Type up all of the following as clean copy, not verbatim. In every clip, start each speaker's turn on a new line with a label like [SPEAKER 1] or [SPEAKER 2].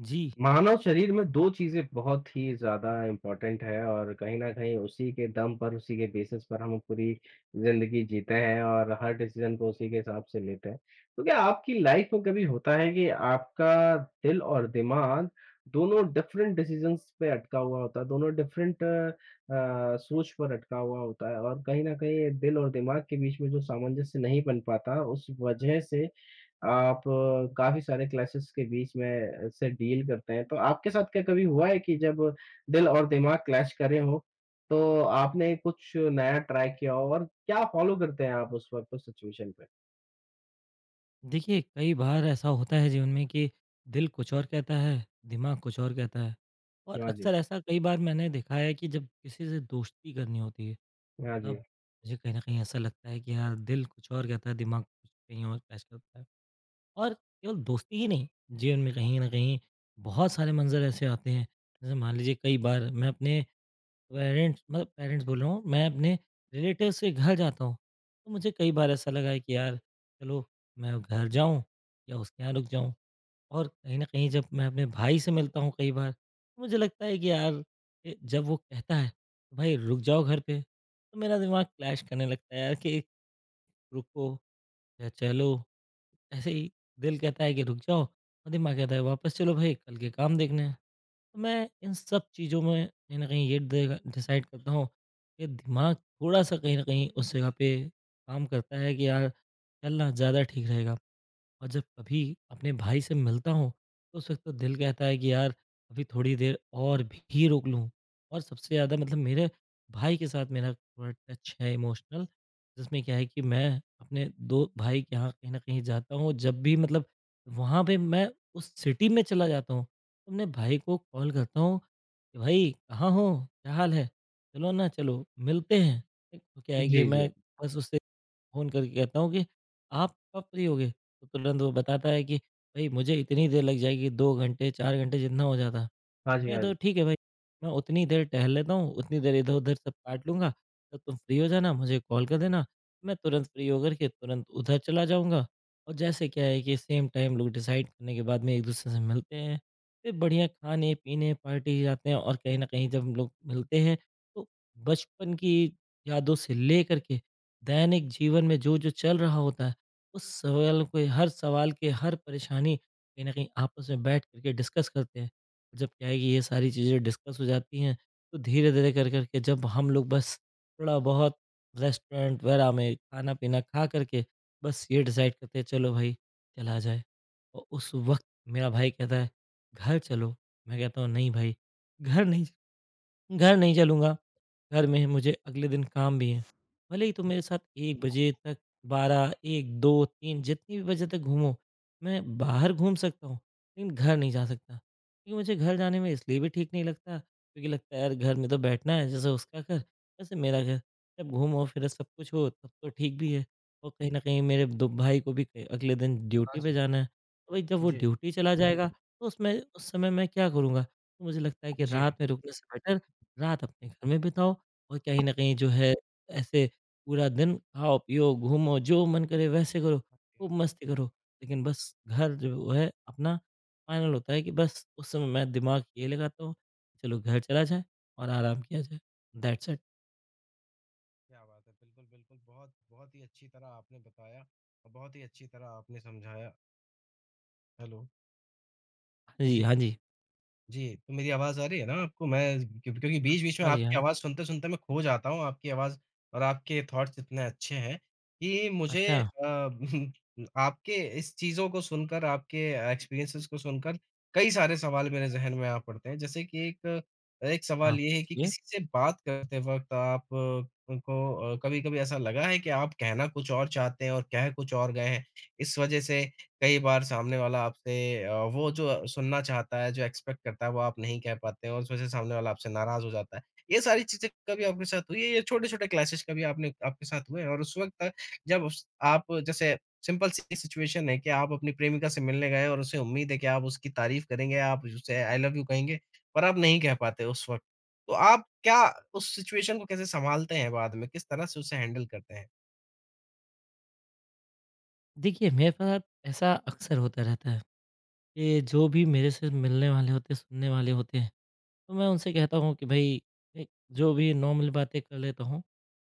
[SPEAKER 1] जी,
[SPEAKER 2] मानव शरीर में 2 चीज़ें बहुत ही ज़्यादा इम्पोर्टेंट है और कहीं न कहीं उसी के दम पर, उसी के बेसिस पर हम पूरी ज़िंदगी जीते हैं और हर डिसीज़न को उसी के हिसाब से लेते हैं। तो क्या आपकी लाइफ़ में कभी होता है कि आपका दिल और दिमाग दोनों डिफरेंट डिसीज़न्स पे अटका हुआ होता है, दोनों डिफरेंट सोच पर अटका हुआ होता है और कहीं न कहीं दिल और दिमाग के बीच में जो सामंजस्य नहीं बन पाता, उस वजह से आप काफ़ी सारे क्लैशेस के बीच में से डील करते हैं। तो आपके साथ क्या कभी हुआ है कि जब दिल और दिमाग क्लैश करे हों, तो आपने कुछ नया ट्राई किया हो और क्या फ़ॉलो करते हैं आप उस वक़्त उस सिचुएशन पे?
[SPEAKER 1] देखिए कई बार ऐसा होता है जीवन में कि दिल कुछ और कहता है, दिमाग कुछ और कहता है। और
[SPEAKER 2] हाँ जी।
[SPEAKER 1] अक्सर ऐसा कई बार मैंने देखा है कि जब किसी से दोस्ती करनी होती है,
[SPEAKER 2] हाँ
[SPEAKER 1] तब
[SPEAKER 2] जी।
[SPEAKER 1] मुझे कहीं न कहीं ऐसा लगता है कि यार दिल कुछ और कहता है, दिमाग कुछ कहीं और पेश करता है। और केवल दोस्ती ही नहीं, जीवन में कहीं न कहीं बहुत सारे मंज़र ऐसे आते हैं, जैसे मान लीजिए कई बार मैं अपने पेरेंट्स मतलब पेरेंट्स बोल रहा हूँ, मैं अपने रिलेटिव के घर जाता हूँ तो मुझे कई बार ऐसा लगा है कि यार चलो मैं घर जाऊँ या उसके यहाँ रुक जाऊँ। और कहीं ना कहीं जब मैं अपने भाई से मिलता हूँ कई बार तो मुझे लगता है कि यार जब वो कहता है भाई रुक जाओ घर पे, तो मेरा दिमाग क्लैश करने लगता है यार कि रुको या चलो। ऐसे ही दिल कहता है कि रुक जाओ और दिमाग कहता है वापस चलो भाई, कल के काम देखने हैं। तो मैं इन सब चीज़ों में कहीं ना कहीं ये डिसाइड करता हूँ कि दिमाग थोड़ा सा कहीं ना कहीं उस जगह पे काम करता है कि यार चलना ज़्यादा ठीक रहेगा। और जब कभी अपने भाई से मिलता हूँ, तो उस वक्त तो दिल कहता है कि यार अभी थोड़ी देर और भी रोक लूँ। और सबसे ज़्यादा मतलब मेरे भाई के साथ मेरा थोड़ा टच है इमोशनल, जिसमें क्या है कि मैं अपने दो भाई के यहाँ कहीं ना कहीं जाता हूँ जब भी, मतलब वहाँ पे मैं उस सिटी में चला जाता हूँ, तो अपने भाई को कॉल करता हूँ कि भाई कहाँ हो, क्या हाल है, चलो ना चलो मिलते हैं। तो क्या है कि
[SPEAKER 2] जी, जी।
[SPEAKER 1] मैं बस उससे फ़ोन करके कहता हूँ कि आप कब फ्री होगे? तो तुरंत वो बताता है कि भई मुझे इतनी देर लग जाएगी, 2 घंटे, 4 घंटे जितना हो जाता।
[SPEAKER 2] हाँ जी,
[SPEAKER 1] मैं
[SPEAKER 2] हाँ
[SPEAKER 1] तो
[SPEAKER 2] जी।
[SPEAKER 1] ठीक है भाई, मैं उतनी देर टहल लेता हूँ, उतनी देर इधर-उधर सब काट लूँगा, तब तुम फ्री हो जाना, मुझे कॉल कर देना। मैं तुरंत फ्री होकर के तुरंत उधर चला जाऊँगा। और जैसे क्या है कि सेम टाइम लोग डिसाइड करने के बाद में एक-दूसरे से मिलते हैं। फिर बढ़िया खाने-पीने, पार्टी जाते हैं और कहीं न कहीं जब हम लोग मिलते हैं, तो बचपन की यादों से लेकर के दैनिक जीवन में जो-जो चल रहा होता है, उस सवाल के हर परेशानी कहीं न कहीं आपस में बैठ कर के डिस्कस करते हैं। जब क्या है कि ये सारी चीज़ें डिस्कस हो जाती हैं, तो धीरे-धीरे कर कर के जब हम लोग बस थोड़ा-बहुत रेस्टोरेंट वगैरह में खाना-पीना खा कर के बस ये डिसाइड करते हैं चलो भाई चला जाए। और उस वक़्त मेरा भाई कहता है, "घर चलो।" मैं कहता हूँ, "नहीं भाई, घर नहीं।" घर नहीं चलूँगा, घर में मुझे अगले दिन काम भी है। भले ही तुम मेरे साथ 1 बजे तक, 12, 1, 2, 3 जितनी भी बजे तक घूमो, मैं बाहर घूम सकता हूँ, लेकिन घर नहीं जा सकता। क्योंकि मुझे घर जाने में इसलिए भी ठीक नहीं लगता, क्योंकि लगता है यार घर में तो बैठना है, जैसे उसका घर, वैसे मेरा घर। जब घूमो फिरो सब कुछ हो तब तो ठीक भी है। और कहीं न कहीं मेरे दो भाई को भी क अगले दिन
[SPEAKER 2] हाँ
[SPEAKER 1] ड्यूटी पे
[SPEAKER 2] जी।
[SPEAKER 1] जाना है। तो भाई जब वो
[SPEAKER 2] जी,
[SPEAKER 1] ड्यूटी चला जाएगा, तो उसमें उस समय मैं क्या करूँगा? तो मुझे लगता है कि
[SPEAKER 2] जी।
[SPEAKER 1] रात में रुकने से बेटर रात अपने घर में बिताओ। और कहीं न कहीं जो है ऐसे पूरा दिन खाओ-पियो, घूमो, जो मन करे वैसे करो,
[SPEAKER 2] हाँ जी, हाँ
[SPEAKER 1] खूब
[SPEAKER 2] जी।
[SPEAKER 1] मस्ती करो। लेकिन बस घर जो है अपना फाइनल होता है कि बस उस समय मैं दिमाग ये लगाता हूँ, चलो घर चला जाए और आराम किया जाए। That's it.
[SPEAKER 2] क्या बात है। बिल्कुल, बिल्कुल। बहुत बहुत ही अच्छी तरह आपने बताया और बहुत ही अच्छी तरह आपने समझाया। हेलो।
[SPEAKER 1] हाँ जी,
[SPEAKER 2] जी।
[SPEAKER 1] हाँ जी।
[SPEAKER 2] जी, तो मेरी आवाज़ आ रही है ना आपको? मैं क्यों क्योंकि बीच-बीच में
[SPEAKER 1] हाँ जी,
[SPEAKER 2] आपकी
[SPEAKER 1] हाँ जी।
[SPEAKER 2] आवाज़ सुनते-सुनते मैं खो जाता हूँ, आपकी आवाज़ और आपके थॉट्स इतने अच्छे हैं कि
[SPEAKER 1] अच्छा,
[SPEAKER 2] आपके इस चीज़ों को सुनकर, आपके एक्सपीरियंसेस को सुनकर कई सारे सवाल मेरे ज़हन में आ पड़ते हैं। जैसे कि एक एक सवाल
[SPEAKER 1] आप
[SPEAKER 2] ये है कि
[SPEAKER 1] पूछिए।
[SPEAKER 2] किसी से बात करते वक़्त कभी-कभी ऐसा लगा है कि आप कहना कुछ और चाहते हैं और कह कुछ और गए हैं, इस वजह से कई बार सामने वाला वो जो सुनना चाहता है, जो एक्सपेक्ट करता है, वो आप नहीं कह पाते हैं और उस वजह से सामने वाला आपसे नाराज़ हो जाता है। ये सारी चीज़ें कभी आपके साथ हुई है? ये छोटे-छोटे क्लैशेज़ कभी आपने आपके साथ हुए हैं? और उस वक़्त जब उस आप जैसे सिंपल सी सिचुएशन है कि आप अपनी प्रेमिका से मिलने गए और उसे उम्मीद है कि आप उसकी तारीफ़ करेंगे, आप उसे आई लव यू कहेंगे, पर आप नहीं कह पाते उस वक़्त। तो आप क्या उस सिचुएशन को कैसे सँभालते हैं बाद में? किस तरह से उसे हैंडल करते हैं?
[SPEAKER 1] देखिए, मेरे साथ ऐसा अक्सर होता रहता है। ये जो भी मेरे से मिलने वाले होते हैं, सुनने वाले होते हैं, तो मैं उनसे कहता हूँ कि भाई ए, जो भी नॉर्मल बातें कर लेता हूँ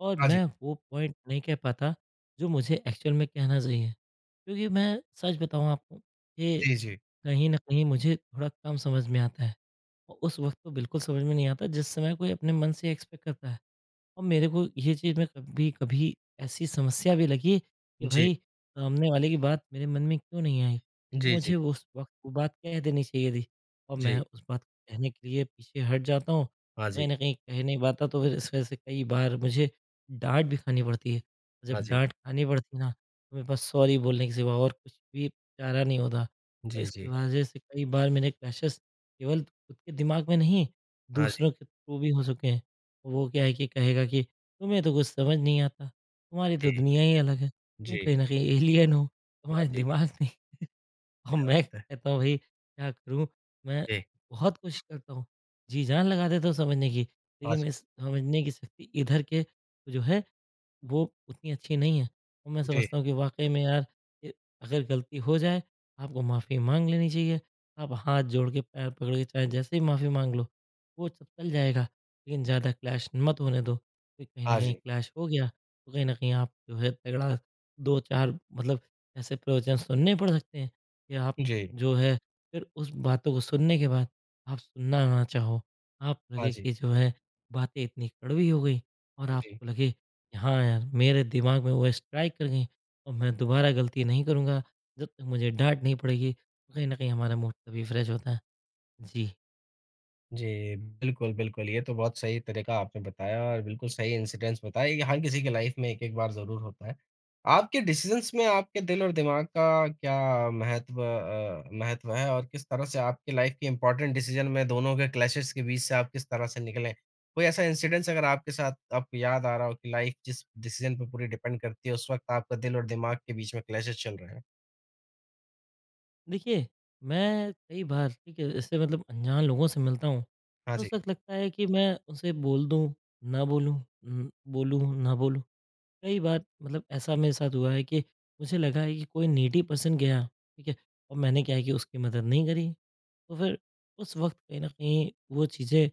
[SPEAKER 1] और
[SPEAKER 2] हाँ जी।
[SPEAKER 1] मैं वो पॉइंट नहीं कह पाता जो मुझे एक्चुअल में कहना चाहिए। क्योंकि मैं सच बताऊँ आपको, ये
[SPEAKER 2] जी, जी।
[SPEAKER 1] कहीं न कहीं मुझे थोड़ा कम समझ में आता है और उस वक़्त तो बिल्कुल समझ में नहीं आता जिस समय कोई अपने मन से एक्सपेक्ट करता है। और मेरे को ये चीज़ में कभी-कभी ऐसी समस्या भी लगी कि
[SPEAKER 2] जी।
[SPEAKER 1] भाई सामने वाले की बात मेरे मन में क्यों नहीं आई? और
[SPEAKER 2] जी, जी।
[SPEAKER 1] मुझे वो उस वक़्त वो बात कह देनी चाहिए थी और
[SPEAKER 2] जी।
[SPEAKER 1] मैं उस बात को कहने के लिए पीछे हट जाता हूँ।
[SPEAKER 2] हाँ जी।
[SPEAKER 1] कहीं न कहीं कह नहीं पाता तो फिर इस वजह से कई बार मुझे डाँट भी खानी पड़ती है। और
[SPEAKER 2] हाँ
[SPEAKER 1] जब
[SPEAKER 2] जी।
[SPEAKER 1] डाँट खानी पड़ती है ना, तो मेरे पास सॉरी बोलने के सिवा और कुछ भी चारा नहीं होता। और
[SPEAKER 2] जी,
[SPEAKER 1] इसकी
[SPEAKER 2] जी।
[SPEAKER 1] वजह से कई बार मेरे क्लैशेज़ केवल खुद के दिमाग में नहीं,
[SPEAKER 2] हाँ जी।
[SPEAKER 1] दूसरों के थ्रू भी हो चुके हैं। वो क्या है कि कहेगा कि तुम्हें तो कुछ समझ नहीं आता, तुम्हारी तो
[SPEAKER 2] जी,
[SPEAKER 1] दुनिया ही अलग है, तुम
[SPEAKER 2] जी।
[SPEAKER 1] कहीं ना कहीं एलियन हो,
[SPEAKER 2] हाँ
[SPEAKER 1] तुम्हारे
[SPEAKER 2] जी।
[SPEAKER 1] दिमाग नहीं। और मैं
[SPEAKER 2] त-
[SPEAKER 1] कहता हूँ भाई क्या करूँ, मैं
[SPEAKER 2] जी।
[SPEAKER 1] बहुत कोशिश करता हूँ, जी जान लगा देता हूँ समझने की,
[SPEAKER 2] हाँ
[SPEAKER 1] लेकिन मैं
[SPEAKER 2] जी।
[SPEAKER 1] समझने की शक्ति इधर के जो है वो उतनी अच्छी नहीं है। और मैं
[SPEAKER 2] जी।
[SPEAKER 1] समझता हूँ कि वाक़ई में यार ए, अगर गलती हो जाए, आपको माफ़ी माँग लेनी चाहिए। आप हाथ जोड़ के, पैर पकड़ के चाहे जैसे ही माफ़ी माँग लो, वो सब चल जाएगा। लेकिन ज़्यादा क्लैश मत होने दो, फिर कहीं न
[SPEAKER 2] हाँ
[SPEAKER 1] कहीं
[SPEAKER 2] जी।
[SPEAKER 1] क्लैश हो गया, तो कहीं न कहीं आप जो है तगड़ा 2-4 मतलब ऐसे प्रवचन सुनने पड़ सकते हैं कि आप
[SPEAKER 2] जी।
[SPEAKER 1] जो है फिर उस बातों को सुनने के बाद आप सुनना ना चाहो। आप
[SPEAKER 2] हाँ
[SPEAKER 1] लगे
[SPEAKER 2] जी।
[SPEAKER 1] कि जो है बातें इतनी कड़वी हो गई और
[SPEAKER 2] जी।
[SPEAKER 1] आपको लगे हाँ यार, मेरे दिमाग में वो स्ट्राइक कर गई और मैं दोबारा गलती नहीं करूँगा, जब तक मुझे डाँट नहीं पड़ेगी। तो कहीं न कहीं हमारा मूड तभी फ्रेश होता है। जी,
[SPEAKER 2] जी, बिल्कुल, बिल्कुल। ये तो बहुत सही तरीका आपने बताया और बिल्कुल सही इंसिडेंट्स बताए। ये हर किसी की लाइफ में एक-एक बार ज़रूर होता है। आपके डिसीज़न्स में आपके दिल और दिमाग का महत्व है और किस तरह से आपकी लाइफ के इम्पोर्टेंट डिसीज़न में दोनों के क्लैशेस के बीच से आप किस तरह से निकले? कोई ऐसा इंसिडेंट्स अगर आपके साथ आपको याद आ रहा हो कि लाइफ जिस डिसीज़न पे पूरी डिपेंड करती है, उस वक़्त आपका दिल और दिमाग के बीच में क्लैशेस चल रहे हैं?
[SPEAKER 1] देखिए मैं कई बार ठीक है, ऐसे मतलब अनजान लोगों से मिलता हूँ,
[SPEAKER 2] हाँ
[SPEAKER 1] तो
[SPEAKER 2] जी।
[SPEAKER 1] उस वक़्त लगता है कि मैं उनसे बोल दूँ, ना बोलूँ, बोलूँ, ना बोलूँ। कई बार मतलब ऐसा मेरे साथ हुआ है कि मुझे लगा है कि कोई नीडी पर्सन गया, ठीक है? और मैंने क्या है कि उसकी मदद नहीं करी, तो फिर उस वक़्त कहीं न कहीं वो चीज़ें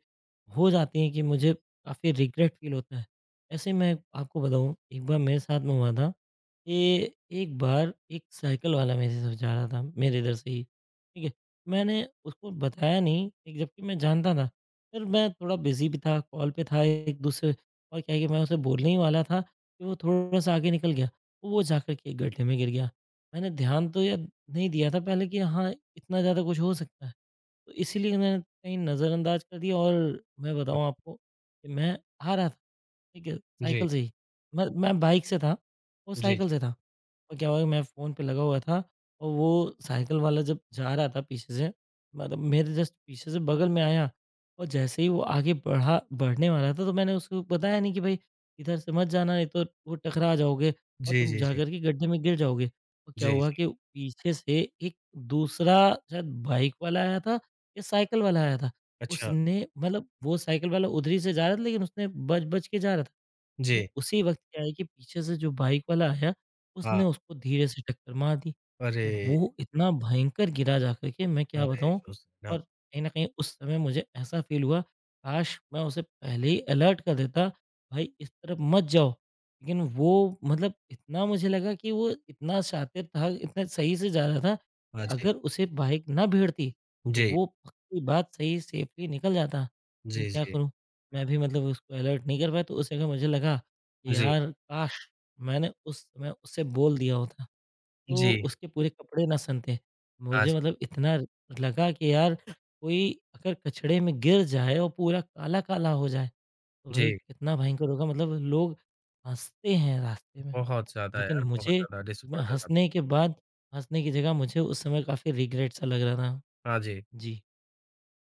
[SPEAKER 1] हो जाती हैं कि मुझे काफ़ी रिग्रेट फ़ील होता है। ऐसे ही मैं आपको बताऊँ, एक बार मेरे साथ में हुआ था कि एक बार एक साइकिल वाला मेरे साथ जा रहा था, मेरे इधर से ही, ठीक है? मैंने उसको बताया नहीं, एक जबकि मैं जानता था, फिर मैं थोड़ा बिज़ी भी था, कॉल पे था एक-दूसरे। और क्या है कि मैं उसे बोलने ही वाला था कि वो थोड़ा-सा आगे निकल गया, तो वो जाकर के एक गड्ढे में गिर गया। मैंने ध्यान तो यार नहीं दिया था पहले कि हाँ, इतना ज़्यादा कुछ हो सकता है। तो इसीलिए मैंने कहीं नज़रअंदाज कर दिया और मैं
[SPEAKER 2] अ,
[SPEAKER 1] बताऊँ आपको कि मैं आ रहा था, ठीक है,
[SPEAKER 2] जी,
[SPEAKER 1] साइकिल से ही। मैं बाइक से था, वो
[SPEAKER 2] जी,
[SPEAKER 1] साइकिल
[SPEAKER 2] जी।
[SPEAKER 1] से था। और क्या हुआ कि मैं फ़ोन पे लगा हुआ था और वो साइकिल वाला जब जा रहा था पीछे से, मतलब मेरे जस्ट पीछे से बगल में आया और जैसे ही वो आगे बढ़ा बढ़ने वाला था तो मैंने उसको बताया नहीं कि भाई इधर से मत जाना नहीं तो वो टकरा जाओगे और
[SPEAKER 2] जी,
[SPEAKER 1] तुम
[SPEAKER 2] जी, जी।
[SPEAKER 1] जाकर के गड्ढे में गिर जाओगे। और क्या
[SPEAKER 2] जी,
[SPEAKER 1] हुआ
[SPEAKER 2] जी।
[SPEAKER 1] कि पीछे से एक दूसरा शायद बाइक वाला आया था या साइकिल वाला आया था।
[SPEAKER 2] अच्छा।
[SPEAKER 1] उसने मतलब वो साइकिल वाला उधर ही से जा रहा था लेकिन उसने बच-बच के जा रहा था। लेकिन
[SPEAKER 2] जी,
[SPEAKER 1] उसी वक़्त क्या है कि पीछे से जो बाइक वाला आया,
[SPEAKER 2] हाँ।
[SPEAKER 1] उसने उसको धीरे से टक्कर मार दी।
[SPEAKER 2] अरे!
[SPEAKER 1] और वो इतना भयंकर गिरा जा कर के मैं क्या
[SPEAKER 2] अरे!
[SPEAKER 1] बताऊँ।
[SPEAKER 2] सोचना हाँ
[SPEAKER 1] और कहीं न कहीं उस समय मुझे ऐसा फ़ील हुआ, काश मैं उसे पहले ही अलर्ट कर देता, भाई इस तरफ मत जाओ। लेकिन वो मतलब इतना मुझे लगा कि वो इतना शातिर था, इतना सही से जा रहा था कि
[SPEAKER 2] हाँ जी।
[SPEAKER 1] अगर उसे बाइक ना भिड़ती, तो
[SPEAKER 2] जी।
[SPEAKER 1] वो पक्की बात सही सेफ़ली निकल जाता। लेकिन
[SPEAKER 2] जी,
[SPEAKER 1] क्या
[SPEAKER 2] जी।
[SPEAKER 1] करूँ, मैं भी मतलब उसको अलर्ट नहीं कर पाया तो उस जगह मुझे लगा
[SPEAKER 2] जी।
[SPEAKER 1] यार काश! मैंने उस समय उसे बोल दिया होता, तो
[SPEAKER 2] जी।
[SPEAKER 1] उसके पूरे कपड़े ना सनते।
[SPEAKER 2] हाँ
[SPEAKER 1] मुझे
[SPEAKER 2] जी।
[SPEAKER 1] मतलब इतना लगा कि यार, कोई अगर कचड़े में गिर जाए और पूरा काला-काला हो जाए, तो भाई
[SPEAKER 2] जी।
[SPEAKER 1] कितना भयंकर होगा, मतलब लोग हँसते हैं रास्ते में।
[SPEAKER 2] बहुत ज़्यादा
[SPEAKER 1] लेकिन
[SPEAKER 2] यार, बहुत
[SPEAKER 1] मुझे,
[SPEAKER 2] ज़्यादा
[SPEAKER 1] मैं
[SPEAKER 2] डिसअपॉइंटेड आप
[SPEAKER 1] हँसने के बाद हँसने की जगह मुझे उस समय काफ़ी रिग्रेट सा लग रहा था।
[SPEAKER 2] हाँ जी,
[SPEAKER 1] जी,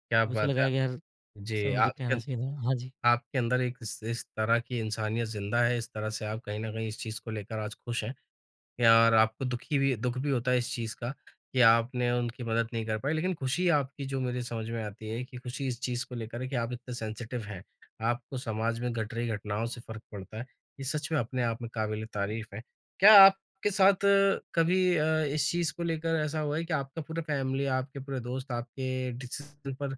[SPEAKER 2] क्या
[SPEAKER 1] मुझे
[SPEAKER 2] बात है।
[SPEAKER 1] लगा कि यार, उस
[SPEAKER 2] जी,
[SPEAKER 1] समय मुझे
[SPEAKER 2] आपके
[SPEAKER 1] कहना चाहिए था। हाँ जी।
[SPEAKER 2] आपके अंदर एक इस तरह की इंसानियत ज़िंदा है, इस तरह से आप कहीं न कहीं इस चीज़ को लेकर आज खुश हैं। या और आपको दुखी भी दुःख भी होता है इस चीज़ का कि आपने उनकी मदद नहीं कर पाई। लेकिन खुशी आपकी जो मेरे समझ में आती है कि खुशी इस चीज़ को लेकर है कि आप इतने सेंसिटिव हैं। आपको समाज में घट रही घटनाओं से फ़र्क पड़ता है। ये सच में अपने आप में काबिल-ए-तारीफ़ है। क्या आपके साथ कभी इस चीज़ को लेकर ऐसा हुआ है कि आपका पूरा फैमिली, आपके पूरे दोस्त आपके डिसीज़न पर अ,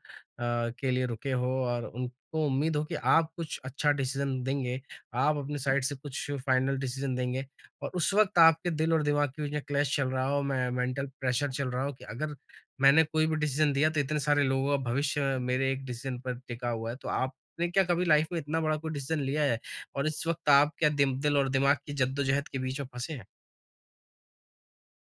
[SPEAKER 2] के लिए रुके हो और उनको उम्मीद हो कि आप कुछ अच्छा डिसीज़न देंगे, आप अपनी साइड से कुछ फाइनल डिसीज़न देंगे? और उस वक़्त आपके दिल और दिमाग के बीच में क्लैश चल रहा हो, मैं मेंटल प्रेशर चल रहा हो कि अगर मैंने कोई भी डिसीज़न दिया तो इतने सारे लोगों का भविष्य मेरे एक डिसीज़न पर टिका हुआ है। तो आपने क्या कभी लाइफ में इतना बड़ा कोई डिसीज़न लिया है? और इस वक़्त आप क्या दिम दिल और दिमाग की जद्दोजहद के बीच में फँसे हैं?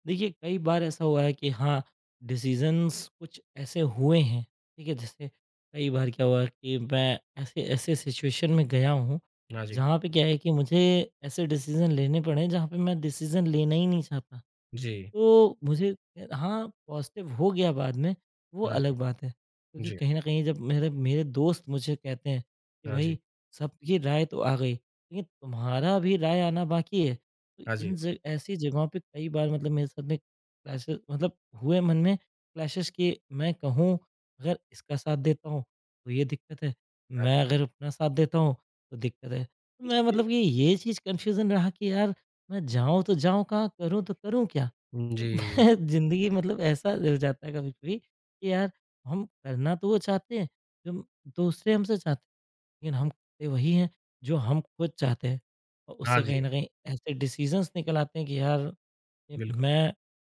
[SPEAKER 1] देखिए, कई बार ऐसा हुआ है कि हाँ, डिसीजंस कुछ ऐसे हुए हैं। ठीक है, जैसे कई बार क्या हुआ कि मैं ऐसे ऐसे सिचुएशन में गया हूँ
[SPEAKER 2] हाँ जी।
[SPEAKER 1] जहाँ पे क्या है कि मुझे ऐसे डिसीजन लेने पड़े, जहाँ पे मैं डिसीजन लेना ही नहीं चाहता।
[SPEAKER 2] जी।
[SPEAKER 1] तो मुझे, हाँ, पॉज़िटिव हो गया बाद में, वो
[SPEAKER 2] हाँ जी।
[SPEAKER 1] अलग बात है। क्योंकि
[SPEAKER 2] जी।
[SPEAKER 1] कहीं न कहीं जब मेरे मेरे दोस्त मुझे कहते हैं कि
[SPEAKER 2] हाँ जी।
[SPEAKER 1] भई, सबकी राय तो आ गई, लेकिन तुम्हारा भी राय आना बाकी है। तो
[SPEAKER 2] हाँ जी।
[SPEAKER 1] इन ज ऐसी जगहों पे कई बार मतलब मेरे साथ में क्लैशेज़, मतलब हुए मन में क्लैशेज़ कि मैं कहूँ, अगर इसका साथ देता हूँ, तो ये दिक्कत है,
[SPEAKER 2] हाँ
[SPEAKER 1] मैं
[SPEAKER 2] जी।
[SPEAKER 1] अगर अपना साथ देता हूँ, तो दिक्कत है। तो मैं
[SPEAKER 2] जी।
[SPEAKER 1] मतलब कि ये चीज़ कन्फ्यूज़न रहा कि यार, मैं जाऊँ तो जाऊँ कहाँ, करूँ तो करूँ क्या?
[SPEAKER 2] जी।
[SPEAKER 1] ज़िंदगी मतलब ऐसा हो जाता है कभी-कभी कि यार, हम करना तो वो चाहते हैं, जो दूसरे हमसे चाहते हैं, लेकिन हम करते वही हैं जो हम खुद चाहते हैं। और
[SPEAKER 2] हाँ
[SPEAKER 1] उससे कहीं
[SPEAKER 2] जी।
[SPEAKER 1] न कहीं ऐसे डिसीज़न्स निकल आते हैं कि यार,
[SPEAKER 2] बिल्कुल।
[SPEAKER 1] मैं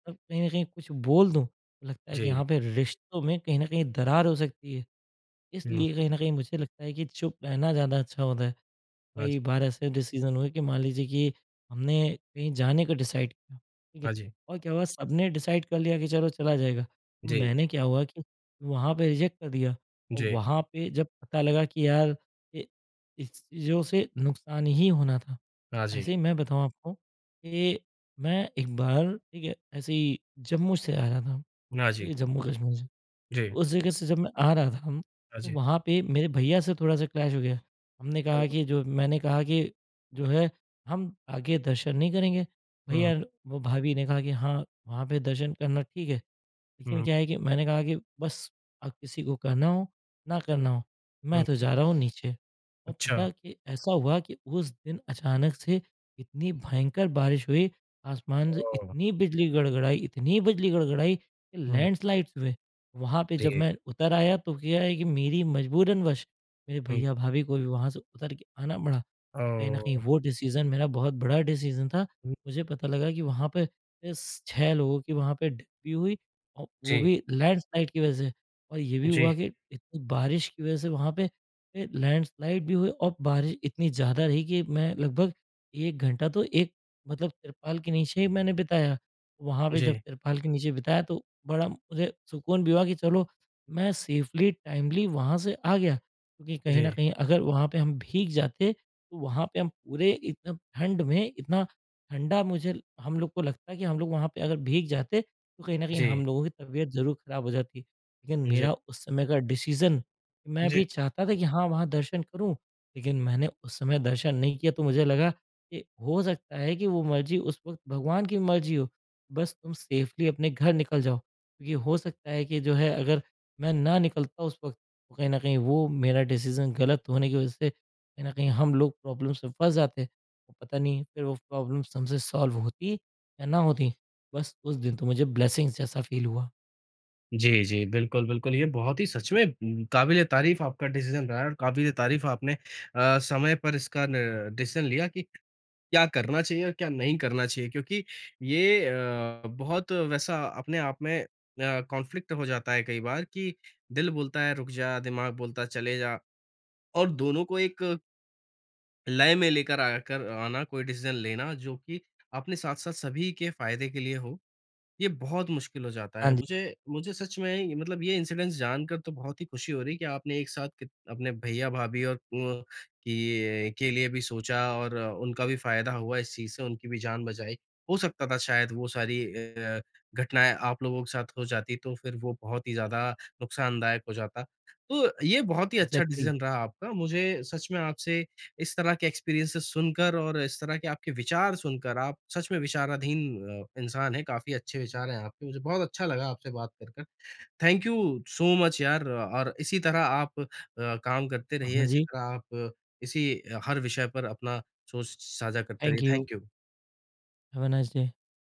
[SPEAKER 1] अब कहीं न कहीं कुछ बोल दूँ, तो लगता है कि
[SPEAKER 2] जी।
[SPEAKER 1] यहाँ पे रिश्तों में कहीं न कहीं दरार हो सकती है।
[SPEAKER 2] हुँ।
[SPEAKER 1] इसलिए कहीं न कहीं मुझे लगता है कि चुप रहना ज़्यादा अच्छा होता है।
[SPEAKER 2] हाँ
[SPEAKER 1] कई
[SPEAKER 2] जी।
[SPEAKER 1] बार ऐसे डिसीजन हुए कि मान लीजिए कि हमने कहीं जाने का डिसाइड किया, ठीक है?
[SPEAKER 2] हाँ जी।
[SPEAKER 1] और क्या हुआ, सबने डिसाइड कर लिया कि चलो, चला जाएगा। तो
[SPEAKER 2] जी, जी।
[SPEAKER 1] मैंने क्या हुआ कि वहाँ पे रिजेक्ट कर दिया, और
[SPEAKER 2] जी।
[SPEAKER 1] वहाँ पे जब पता लगा कि यार, ये इस चीज़ों से नुकसान ही होना था।
[SPEAKER 2] हाँ जी।
[SPEAKER 1] ऐसे ही मैं बताऊँ आपको कि मैं एक बार, ठीक है, ऐसे ही जम्मू से आ रहा था,
[SPEAKER 2] हाँ
[SPEAKER 1] ठीक
[SPEAKER 2] जी।
[SPEAKER 1] है? जम्मू कश्मीर से।
[SPEAKER 2] जी।
[SPEAKER 1] उस जगह से जब मैं आ रहा था
[SPEAKER 2] हाँ
[SPEAKER 1] तो
[SPEAKER 2] जी।
[SPEAKER 1] वहाँ पे मेरे भैया से थोड़ा-सा क्लैश हो गया। हमने
[SPEAKER 2] तो
[SPEAKER 1] कहा कि जो, मैंने कहा कि जो है, हम आगे दर्शन नहीं करेंगे।
[SPEAKER 2] हुँ,
[SPEAKER 1] भैया, वो भाभी ने कहा कि हाँ, वहाँ पे दर्शन करना ठीक है।
[SPEAKER 2] हुँ,
[SPEAKER 1] लेकिन
[SPEAKER 2] हुँ।
[SPEAKER 1] क्या है कि मैंने कहा कि बस, अब किसी को कहना हो, ना करना हो, मैं तो जा रहा हूँ नीचे। और
[SPEAKER 2] अच्छा।
[SPEAKER 1] पता कि ऐसा हुआ कि उस दिन अचानक से इतनी भयंकर बारिश हुई, आसमान से
[SPEAKER 2] ओह!
[SPEAKER 1] इतनी बिजली गड़गड़ाई कि
[SPEAKER 2] हुँ,
[SPEAKER 1] लैंडस्लाइड्स हुए। वहाँ पे जब
[SPEAKER 2] जी,
[SPEAKER 1] मैं उतर आया, तो क्या है कि मेरी मजबूरनवश मेरे
[SPEAKER 2] हुँ,
[SPEAKER 1] भैया-भाभी को भी वहाँ से उतर के आना पड़ा। और कहीं न कहीं
[SPEAKER 2] ओह!
[SPEAKER 1] वो डिसीज़न मेरा बहुत बड़ा डिसीज़न था।
[SPEAKER 2] हुँ,
[SPEAKER 1] मुझे पता लगा कि वहाँ पे इस 6 लोगों की वहाँ पे डेथ भी हुई, औ वो
[SPEAKER 2] जी,
[SPEAKER 1] भी लैंडस्लाइड की वजह से। और ये भी हुआ
[SPEAKER 2] जी,
[SPEAKER 1] कि इतनी बारिश की वजह से वहाँ पे लैंडस्लाइड भी हुई और बारिश इतनी ज़्यादा रही कि मैं लगभग 1 घंटा तो एक मतलब तिरपाल के नीचे ही मैंने बिताया। वहाँ पे जब
[SPEAKER 2] जी,
[SPEAKER 1] तिरपाल के नीचे बिताया, तो बड़ा मुझे सुकून भी हुआ कि चलो, मैं सेफली टाइमली वहाँ से आ गया। क्योंकि कहीं न
[SPEAKER 2] जी,
[SPEAKER 1] कहीं अगर वहाँ पे हम भीग जाते, तो वहाँ पे हम पूरे इतना ठंड में इतना ठंडा मुझे, हम लोग को लगता है कि हम लोग वहाँ पे अगर भीग जाते, तो कहीं न कहीं
[SPEAKER 2] जी,
[SPEAKER 1] हम लोगों की तबीयत ज़रूर खराब हो जाती। लेकिन
[SPEAKER 2] जी,
[SPEAKER 1] मेरा उस समय का डिसीज़न, मैं
[SPEAKER 2] जी।
[SPEAKER 1] भी चाहता था कि हाँ, वहाँ दर्शन करूँ, लेकिन मैंने उस समय दर्शन नहीं किया, तो मुझे लगा कि हो सकता है कि वो मर्ज़ी उस वक़्त भगवान की मर्ज़ी हो, बस तुम सेफ़ली अपने घर निकल जाओ। क्योंकि हो सकता है कि जो है, अगर मैं ना निकलता उस वक़्त, तो कहीं न कहीं वो मेरा डिसीज़न गलत होने की वज़ह से कहीं न कहीं हम लोग प्रॉब्लम्स में फँस जाते। और पता नहीं, फिर वो प्रॉब्लम्स हमसे सॉल्व होती या ना होती। बस उस दिन तो मुझे ब्लेसिंग्स जैसा फ़ील हुआ।
[SPEAKER 2] जी, जी, बिल्कुल, बिल्कुल, ये बहुत ही सच में काबिल-ए-तारीफ़ आपका डिसीज़न रहा है और काबिल-ए-तारीफ़ आपने समय पर इसका न डिसीज़न लिया कि क्या करना चाहिए और क्या नहीं करना चाहिए क्योंकि बहुत वैसा अपने आप में कॉन्फ्लिक्ट हो जाता है कई बार कि दिल बोलता है रुक जा, दिमाग बोलता है चले जा और दोनों को एक लय में लेकर आकर आना कोई डिसीज़न लेना जो कि अपने साथ-साथ सभी के फ़ायदे के लिए हो, ये बहुत मुश्किल हो जाता
[SPEAKER 1] हाँ
[SPEAKER 2] है।
[SPEAKER 1] जी,
[SPEAKER 2] मुझे मुझे सच में ये मतलब ये इंसिडेंस जानकर तो बहुत ही खुशी हो रही है कि आपने एक साथ कित अपने भैया-भाभी और अ, कि के लिए भी सोचा और उनका भी फ़ायदा हुआ इस चीज़ से, उनकी भी जान बचाई। हो सकता था शायद वो सारी घटनाएँ आप लोगों के साथ हो जाती तो फिर वो बहुत ही ज़्यादा नुकसानदायक हो जाता। तो ये बहुत ही अच्छा
[SPEAKER 1] एग्ज़ैक्टली।
[SPEAKER 2] डिसीज़न रहा आपका। मुझे सच में आपसे इस तरह के एक्सपीरियंसेस सुनकर और इस तरह के आपके विचार सुनकर, आप सच में विचाराधीन इंसान हैं, काफ़ी अच्छे विचार हैं आपके। मुझे बहुत अच्छा लगा आपसे बात कर कर। थैंक यू सो मच यार और इसी तरह आप अ, काम करते रहिए,
[SPEAKER 1] हाँ
[SPEAKER 2] इसी
[SPEAKER 1] जी,
[SPEAKER 2] तरह आप अ, इसी अ, हर विषय पर अपना सोच साझा करते रहिए।
[SPEAKER 1] Thank you,
[SPEAKER 2] thank you.
[SPEAKER 1] Have a nice day.